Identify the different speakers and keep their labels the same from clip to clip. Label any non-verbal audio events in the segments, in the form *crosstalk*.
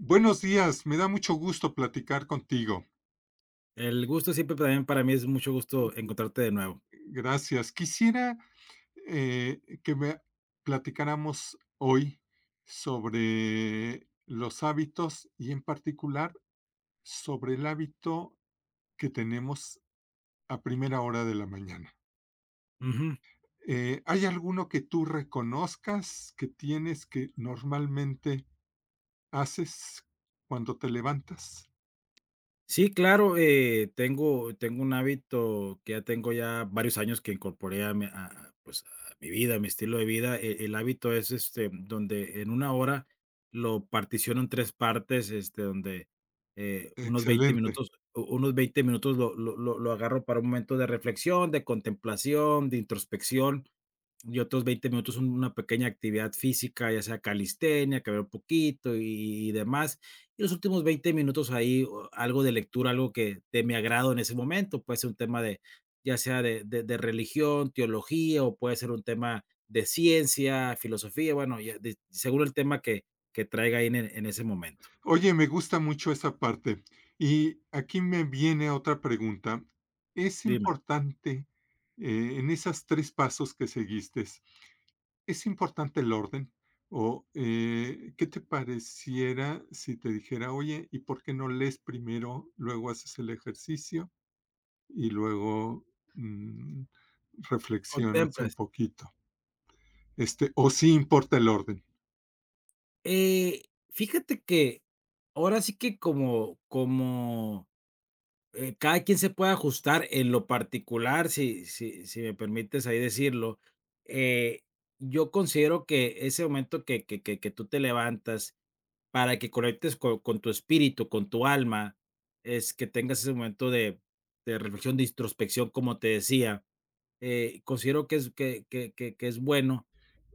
Speaker 1: Buenos días, me da mucho gusto platicar contigo.
Speaker 2: El gusto siempre también para mí es mucho gusto encontrarte de nuevo.
Speaker 1: Gracias. Quisiera que me platicáramos hoy sobre los hábitos, y en particular sobre el hábito que tenemos a primera hora de la mañana.
Speaker 2: Ujú.
Speaker 1: ¿hay alguno que tú reconozcas que tienes, que normalmente haces cuando te levantas?
Speaker 2: Sí, claro, tengo un hábito que ya tengo ya varios años que incorporé a mi a pues, a mi vida, a mi estilo de vida. El hábito es, este, donde en una hora lo particiono en 3 partes, este, donde, unos 20
Speaker 1: Excelente.
Speaker 2: minutos u unos 20 minutos lo agarro para un momento de reflexión, de contemplación, de introspección. Y otros 20 minutos una pequeña actividad física, ya sea calistenia, que caminar un poquito y demás. Y los últimos 20 minutos ahí, o algo de lectura, algo que de mi agrado en ese momento, puede ser un tema de, ya sea de religión, teología, o puede ser un tema de ciencia, filosofía, bueno, ya de según el tema que traiga ahí en ese momento.
Speaker 1: Oye, me gusta mucho esa parte. Y aquí me viene otra pregunta. ¿Es
Speaker 2: Dime,
Speaker 1: importante, en esos 3 pasos que seguiste, es importante el orden? O, ¿qué te pareciera si te dijera: "Oye, ¿y por qué no lees primero, luego haces el ejercicio y luego, mm, reflexionas un
Speaker 2: ¿contemplas?
Speaker 1: poquito?"? ¿o sí importa el orden?
Speaker 2: Eh, fíjate que ahora sí que como. Cada quien se puede ajustar en lo particular, si me permites ahí decirlo. Eh, yo considero que ese momento que tú te levantas para que conectes con tu espíritu, con tu alma, es que tengas ese momento de reflexión, de introspección, como te decía, considero que es que es bueno.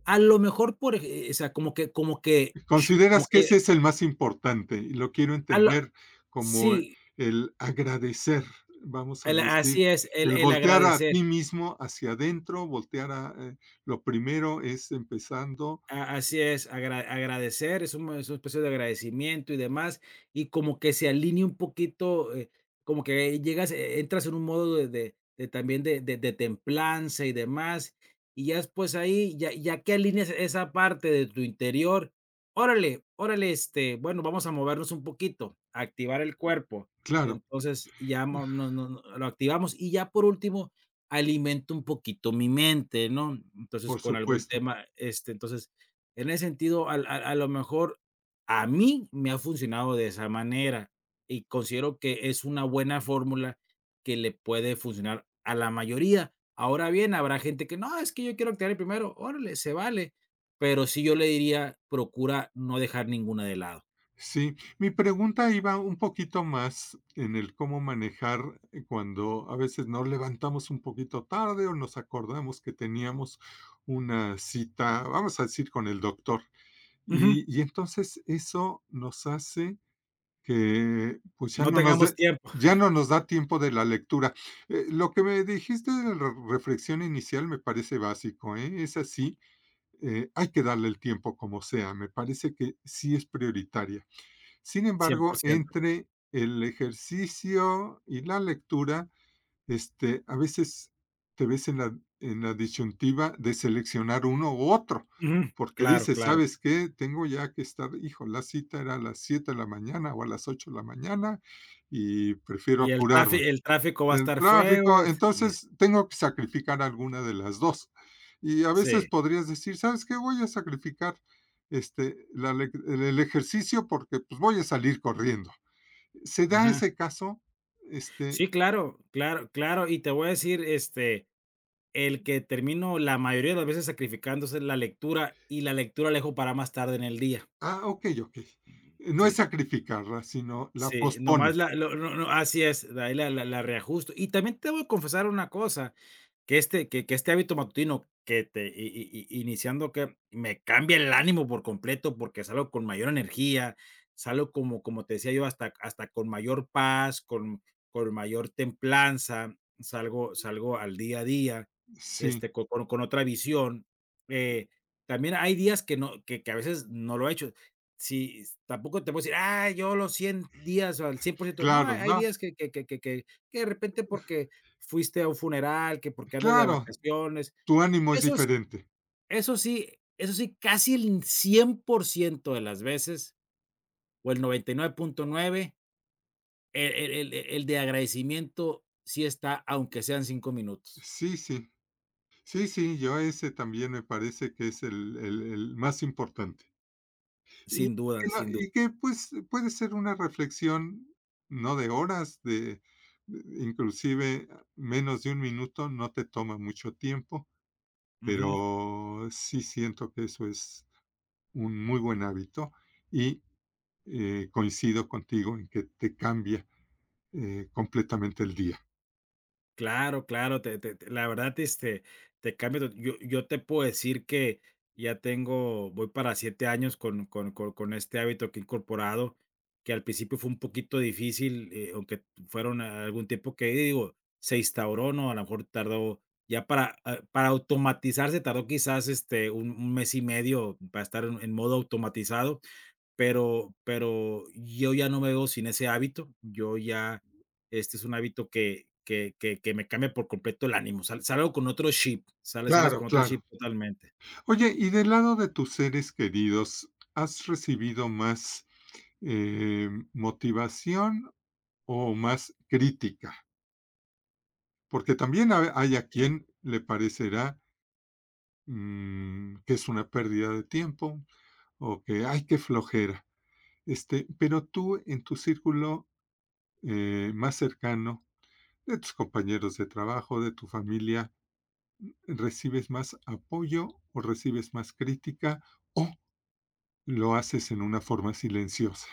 Speaker 2: A lo mejor por ej, o sea, como que sh- como
Speaker 1: ¿Consideras que ese
Speaker 2: que
Speaker 1: es el más importante? Y lo quiero
Speaker 2: a lo
Speaker 1: entender como
Speaker 2: sí,
Speaker 1: el agradecer, vamos a
Speaker 2: el así
Speaker 1: decir,
Speaker 2: es, el
Speaker 1: el voltear a
Speaker 2: agradecer.
Speaker 1: ti mismo hacia adentro, voltear a, lo primero es empezando,
Speaker 2: A así es, agra agradecer, es un es una especie de agradecimiento y demás, y como que se alinea un poquito, como que llegas, e entras en un modo de de también de templanza y demás, y ya después ahí, ya que alineas esa parte de tu interior, órale, órale, este, bueno, vamos a movernos un poquito, a activar el cuerpo.
Speaker 1: claro,
Speaker 2: Entonces, ya mo no lo activamos y ya por último, alimento un poquito mi mente, ¿no? Entonces,
Speaker 1: por
Speaker 2: con algún
Speaker 1: supuesto.
Speaker 2: tema, este, entonces en ese sentido, al a lo mejor a mí me ha funcionado de esa manera y considero que es una buena fórmula que le puede funcionar a la mayoría. Ahora bien, habrá gente que no, es que yo quiero activar el primero, órale, se vale, pero sí yo le diría, procura no dejar ninguna de lado.
Speaker 1: Sí, mi pregunta iba un poquito más en el cómo manejar cuando a veces nos levantamos un poquito tarde o nos acordamos que teníamos una cita, vamos a decir, con el doctor.
Speaker 2: Ujú,
Speaker 1: Y entonces eso nos hace que, pues, ya
Speaker 2: no
Speaker 1: no nos
Speaker 2: tengamos
Speaker 1: dé,
Speaker 2: tiempo.
Speaker 1: ya
Speaker 2: *laughs*
Speaker 1: no nos da tiempo de la lectura. Lo que me dijiste de la reflexión inicial me parece básico, ¿eh? Esa sí, hay que darle el tiempo como sea. Me parece que sí es prioritaria. Sin embargo,
Speaker 2: 100%.
Speaker 1: entre el ejercicio y la lectura, este, a veces te ves en la disyuntiva de seleccionar uno u otro,
Speaker 2: Ujú,
Speaker 1: porque
Speaker 2: claro,
Speaker 1: dices:
Speaker 2: claro.
Speaker 1: "¿Sabes qué? Tengo ya que estar, hijo, la cita era a las 7 de la mañana o a las 8 de la mañana y prefiero
Speaker 2: Y el
Speaker 1: apurarme.
Speaker 2: tráfico el tráfico va a
Speaker 1: El
Speaker 2: estar
Speaker 1: tráfico,
Speaker 2: fuego. Sí,
Speaker 1: entonces tengo que sacrificar alguna de las dos". Y a
Speaker 2: sí,
Speaker 1: veces podrías decir: "¿Sabes qué? Voy a sacrificar, este, la lec el ejercicio porque, pues, voy a salir corriendo". ¿Se da
Speaker 2: ajá.
Speaker 1: ese caso? Este,
Speaker 2: Sí, claro, claro, claro. Y te voy a decir, este, el que termino la mayoría de las veces sacrificándose la lectura, y la lectura la dejo para más tarde en el día.
Speaker 1: ah, okey, okey. No es
Speaker 2: Sí.
Speaker 1: sacrificarla, sino la
Speaker 2: Sí, nomás
Speaker 1: pospones.
Speaker 2: la lo no no así es, de ahí la la reajusto. Y también te voy a confesar una cosa, que este hábito matutino que te i i i iniciando que me cambia el ánimo por completo, porque salgo con mayor energía, salgo como como te decía yo, hasta con mayor paz, con mayor templanza, salgo al día a día,
Speaker 1: Sí,
Speaker 2: este, co con otra visión. Eh, también hay días que no, que que a veces no lo he hecho. Sí, s tampoco te puedo decir: "Ah, yo los 100 días o al 100%". No, hay
Speaker 1: claro,
Speaker 2: hay
Speaker 1: no,
Speaker 2: días que que de repente porque fuiste a un funeral, que porque andas de
Speaker 1: claro,
Speaker 2: vacaciones.
Speaker 1: tu ánimo es
Speaker 2: Eso s,
Speaker 1: diferente.
Speaker 2: eso sí, eso sí, casi el 100% de las veces, o el 99.9, el de agradecimiento sí está, aunque sean 5 minutos.
Speaker 1: Sí, sí. Sí, sí, yo ese también me parece que es el más importante. Y
Speaker 2: Sin
Speaker 1: que
Speaker 2: duda,
Speaker 1: no,
Speaker 2: sin duda.
Speaker 1: y que, pues, puede ser una reflexión, no de horas, de inclusive menos de un minuto, no te toma mucho tiempo,
Speaker 2: Ujú.
Speaker 1: pero sí siento que eso es un muy buen hábito y, coincido contigo en que te cambia, completamente el día.
Speaker 2: Claro, claro, te te te la verdad, este, te cambia to, yo yo te puedo decir que ya tengo voy para 7 años con este hábito que he incorporado, que al principio fue un poquito difícil, aunque fueron a- algún tiempo que digo, se instauró, ¿no? A lo mejor tardó ya para, ah, para automatizarse tardó quizás, este, un mes y medio para estar en modo automatizado. Pero yo ya no me veo sin ese hábito, yo ya, este, es un hábito que me cambia por completo el ánimo, sal salgo con otro chip, sales
Speaker 1: Claro,
Speaker 2: con otro
Speaker 1: claro.
Speaker 2: chip totalmente.
Speaker 1: Oye, y del lado de tus seres queridos, ¿has recibido más, motivación, o más crítica? Porque también hay a quien le parecerá, que es una pérdida de tiempo, o que hay que flojera. Este, pero tú en tu círculo, más cercano, de tus compañeros de trabajo, de tu familia, ¿recibes más apoyo o recibes más crítica, o lo haces en una forma silenciosa?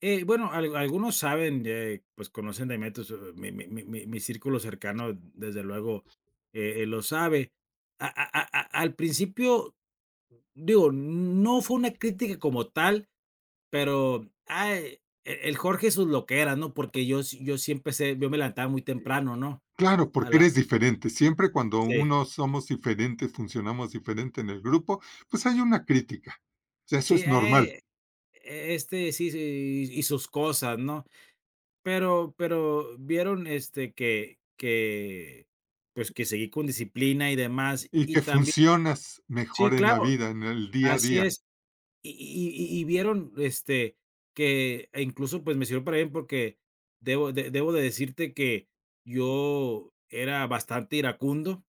Speaker 2: Bueno, al algunos saben, pues, conocen de métodos, mi círculo cercano, desde luego, lo sabe. A a a al principio, digo, no fue una crítica como tal. Pero, ay, e el Jorge sus loqueras, ¿no? Porque yo sí, yo sí empecé, yo me levantaba muy temprano, ¿no?
Speaker 1: Claro,
Speaker 2: A
Speaker 1: porque
Speaker 2: la
Speaker 1: eres diferente. Siempre, cuando
Speaker 2: sí,
Speaker 1: uno somos diferentes, funcionamos diferente en el grupo, pues hay una crítica. O sea, eso
Speaker 2: sí,
Speaker 1: es normal.
Speaker 2: este, sí, sí, y sus cosas, ¿no? Pero vieron, este, que, pues, que seguí con disciplina y demás,
Speaker 1: Y
Speaker 2: y
Speaker 1: que
Speaker 2: también
Speaker 1: funcionas mejor
Speaker 2: sí,
Speaker 1: en
Speaker 2: claro,
Speaker 1: la vida, en el día a
Speaker 2: así
Speaker 1: día.
Speaker 2: es. Y vieron, este, que e incluso, pues, me sirvió para bien porque debo de decirte que yo era bastante iracundo,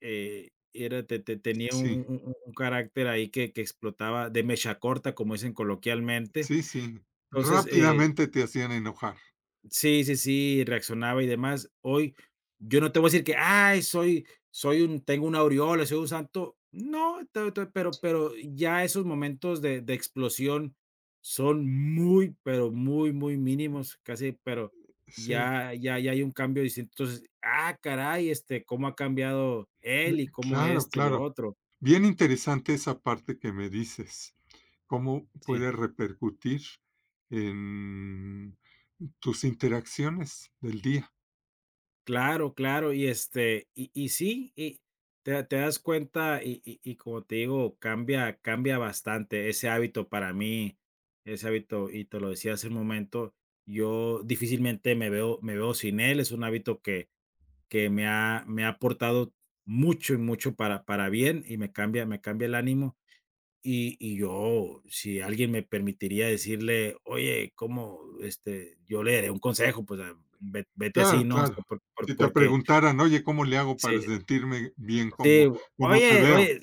Speaker 2: era te tenía un
Speaker 1: Sí,
Speaker 2: un carácter ahí que explotaba de mecha corta, como dicen coloquialmente.
Speaker 1: sí, sí.
Speaker 2: Entonces, eh.
Speaker 1: Rápidamente te hacían enojar.
Speaker 2: Sí, sí, sí, reaccionaba y demás. Hoy, yo no te voy a decir que, ay, soy, soy un, tengo una aureola, soy un santo. No, te-, te-, pero ya esos momentos de explosión son muy, pero muy, muy mínimos, casi, pero
Speaker 1: Sí,
Speaker 2: ya, ya, ya hay un cambio distinto. Entonces, ah, caray, este, cómo ha cambiado
Speaker 1: eh,
Speaker 2: él y cómo
Speaker 1: claro,
Speaker 2: esto y lo
Speaker 1: claro.
Speaker 2: otro.
Speaker 1: Bien interesante esa parte que me dices, cómo
Speaker 2: Sí.
Speaker 1: puede repercutir en tus interacciones del día.
Speaker 2: Claro, claro, y este, y sí, y te das cuenta, y como te digo, cambia bastante ese hábito para mí, ese hábito, y te lo decía hace un momento, yo difícilmente me veo sin él, es un hábito que me ha aportado mucho y mucho para bien, y me cambia el ánimo, y yo, si alguien me permitiría decirle: "Oye, ¿cómo?", este, yo le daré un consejo, pues, ah, ve vete así,
Speaker 1: Claro,
Speaker 2: ¿no? O sea,
Speaker 1: claro.
Speaker 2: por
Speaker 1: Si te
Speaker 2: porque.
Speaker 1: preguntaran: "Oye, ¿cómo le hago
Speaker 2: Sí,
Speaker 1: para sentirme bien
Speaker 2: sí.
Speaker 1: como como te
Speaker 2: Oye,
Speaker 1: veo?".
Speaker 2: oye,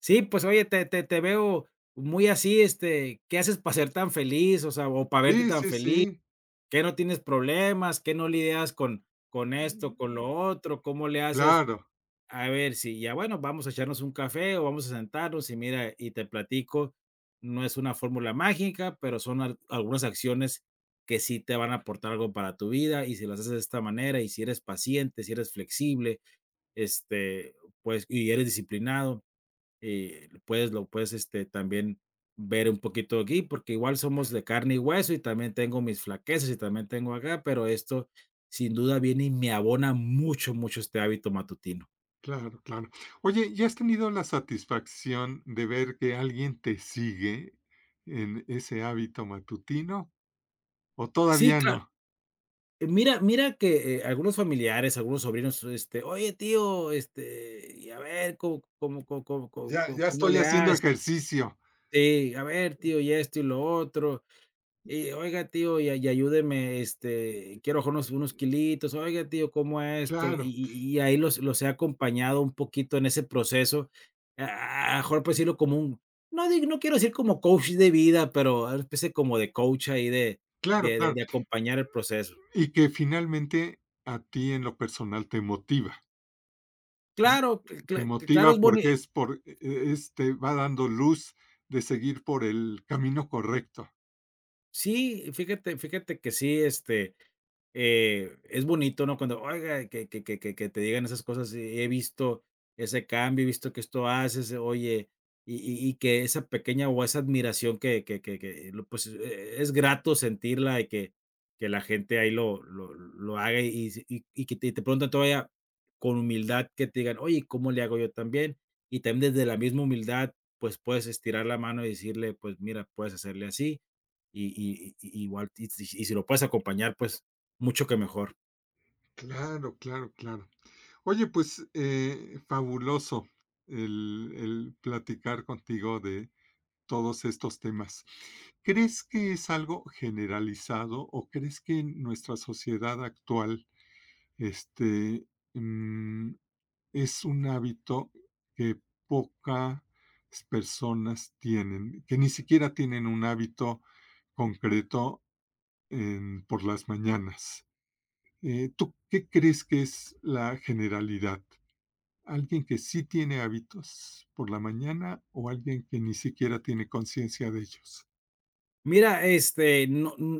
Speaker 2: sí, pues, oye, te veo muy así, este, ¿qué haces para ser tan feliz? O sea, o para verte
Speaker 1: Sí,
Speaker 2: tan
Speaker 1: sí,
Speaker 2: feliz,
Speaker 1: sí.
Speaker 2: ¿qué no tienes problemas? ¿Qué no lidias con esto, con lo otro? ¿Cómo le haces?
Speaker 1: Claro,
Speaker 2: A ver si ya, bueno, vamos a echarnos un café o vamos a sentarnos y mira, y te platico, no es una fórmula mágica, pero son al algunas acciones que sí te van a aportar algo para tu vida, y si las haces de esta manera, y si eres paciente, si eres flexible, este, pues, y eres disciplinado, puedes lo puedes, este, también ver un poquito aquí, porque igual somos de carne y hueso y también tengo mis flaquezas y también tengo acá, pero esto sin duda viene y me abona mucho, mucho este hábito matutino.
Speaker 1: claro, claro. Oye, ¿ya has tenido la satisfacción de ver que alguien te sigue en ese hábito matutino, o
Speaker 2: Sí,
Speaker 1: todavía
Speaker 2: claro.
Speaker 1: no?
Speaker 2: Mira que, algunos familiares, algunos sobrinos, este: "Oye, tío, este, y a ver,
Speaker 1: Ya ya
Speaker 2: cómo
Speaker 1: estoy
Speaker 2: le
Speaker 1: haciendo
Speaker 2: haces?".
Speaker 1: ejercicio.
Speaker 2: Sí, "A ver, tío, y esto y lo otro". Y oiga, tío, y ayúdeme, este, quiero bajar unos unos kilitos, oiga, tío, ¿cómo esto?
Speaker 1: Claro,
Speaker 2: Y ahí los he acompañado un poquito en ese proceso, a lo mejor, pues decirlo como un no, di, no quiero decir como coach de vida, pero una especie como de coach ahí de
Speaker 1: claro,
Speaker 2: de de
Speaker 1: claro.
Speaker 2: de acompañar el proceso.
Speaker 1: Y que finalmente a ti en lo personal te motiva.
Speaker 2: Claro, cl
Speaker 1: Te
Speaker 2: cla claro,
Speaker 1: motiva
Speaker 2: es
Speaker 1: porque
Speaker 2: bonito,
Speaker 1: es por es te va dando luz de seguir por el camino correcto.
Speaker 2: sí, fíjate que sí, este. Es bonito, ¿no? Cuando, oiga, que te digan esas cosas: he visto ese cambio, he visto que esto haces, oye, y y que esa pequeña o esa admiración que lo pues, e es grato sentirla y que la gente ahí lo haga y si y y que te preguntan todavía con humildad que te digan: 'Oye, ¿cómo le hago yo también?'". Y también desde la misma humildad, pues, puedes estirar la mano y decirle: "Pues mira, puedes hacerle así", y igual, y si lo puedes acompañar, pues mucho que mejor.
Speaker 1: Claro, claro, claro. Oye, pues, fabuloso el platicar contigo de todos estos temas. ¿Crees que es algo generalizado, o crees que en nuestra sociedad actual, este, mm, es un hábito que pocas personas tienen, que ni siquiera tienen un hábito concreto en por las mañanas? ¿tú qué crees que es la generalidad? ¿Alguien que sí tiene hábitos por la mañana, o alguien que ni siquiera tiene conciencia de ellos?
Speaker 2: Mira, este, no, mm,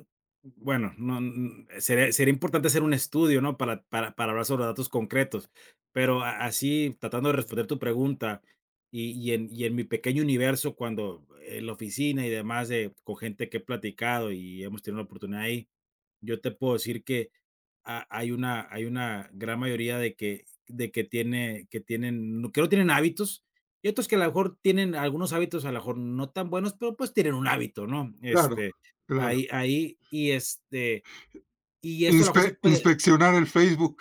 Speaker 2: bueno, no, n- sería importante hacer un estudio, ¿no? Para hablar sobre datos concretos, pero a así, tratando de responder tu pregunta, en mi pequeño universo, cuando en la oficina y demás, con gente que he platicado y hemos tenido la oportunidad ahí, yo te puedo decir que ha, hay una gran mayoría de que tiene que tienen no-, que no tienen hábitos, y otros que a lo mejor tienen algunos hábitos, a lo mejor no tan buenos, pero, pues, tienen un hábito, ¿no?
Speaker 1: Claro,
Speaker 2: Este,
Speaker 1: claro.
Speaker 2: ahí y, este, y eso a lo mejor se puede.
Speaker 1: Inspeccionar el Facebook.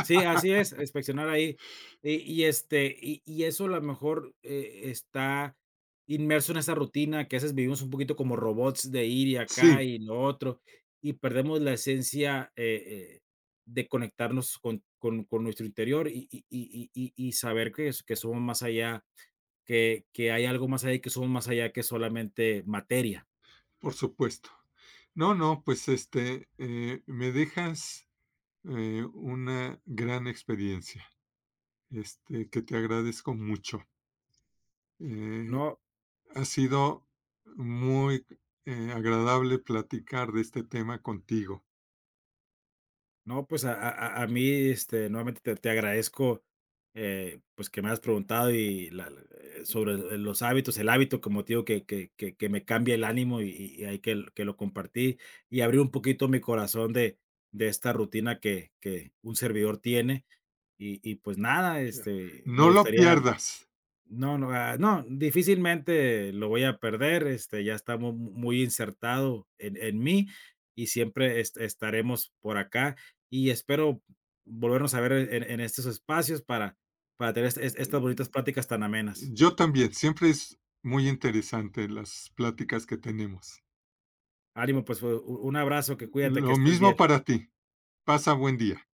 Speaker 2: Sí, así es, inspeccionar ahí. Y este, eso a lo mejor, está inmerso en esa rutina que a veces vivimos un poquito como robots de ir y
Speaker 1: Sí,
Speaker 2: acá y lo otro, y perdemos la esencia, eh, de conectarnos con con nuestro interior y saber que es-, que somos más allá, que hay algo más allá y que somos más allá que solamente materia,
Speaker 1: por supuesto. No, no, pues, este, me dejas, una gran experiencia, este, que te agradezco mucho. Eh,
Speaker 2: ¿no?
Speaker 1: ha sido muy, agradable platicar de este tema contigo.
Speaker 2: No, pues a, mí, este, nuevamente te agradezco, pues, que me has preguntado y la la, sobre el- los hábitos, el hábito, como te digo, que me cambia el ánimo y ahí que lo compartí y abrí un poquito mi corazón de esta rutina que un servidor tiene y pues, nada,
Speaker 1: Claro.
Speaker 2: este, me
Speaker 1: No lo
Speaker 2: gustaría.
Speaker 1: pierdas.
Speaker 2: No, no, ah, no, difícilmente lo voy a perder, este, ya está mu muy insertado en mí y siempre est estaremos por acá, y espero volvernos a ver en estos espacios para tener es estas bonitas pláticas tan amenas.
Speaker 1: Yo también, siempre es muy interesante las pláticas que tenemos.
Speaker 2: Ánimo, pues, u un abrazo, que cuídate, que
Speaker 1: Lo
Speaker 2: estés
Speaker 1: mismo
Speaker 2: bien.
Speaker 1: para ti. Pasa buen día.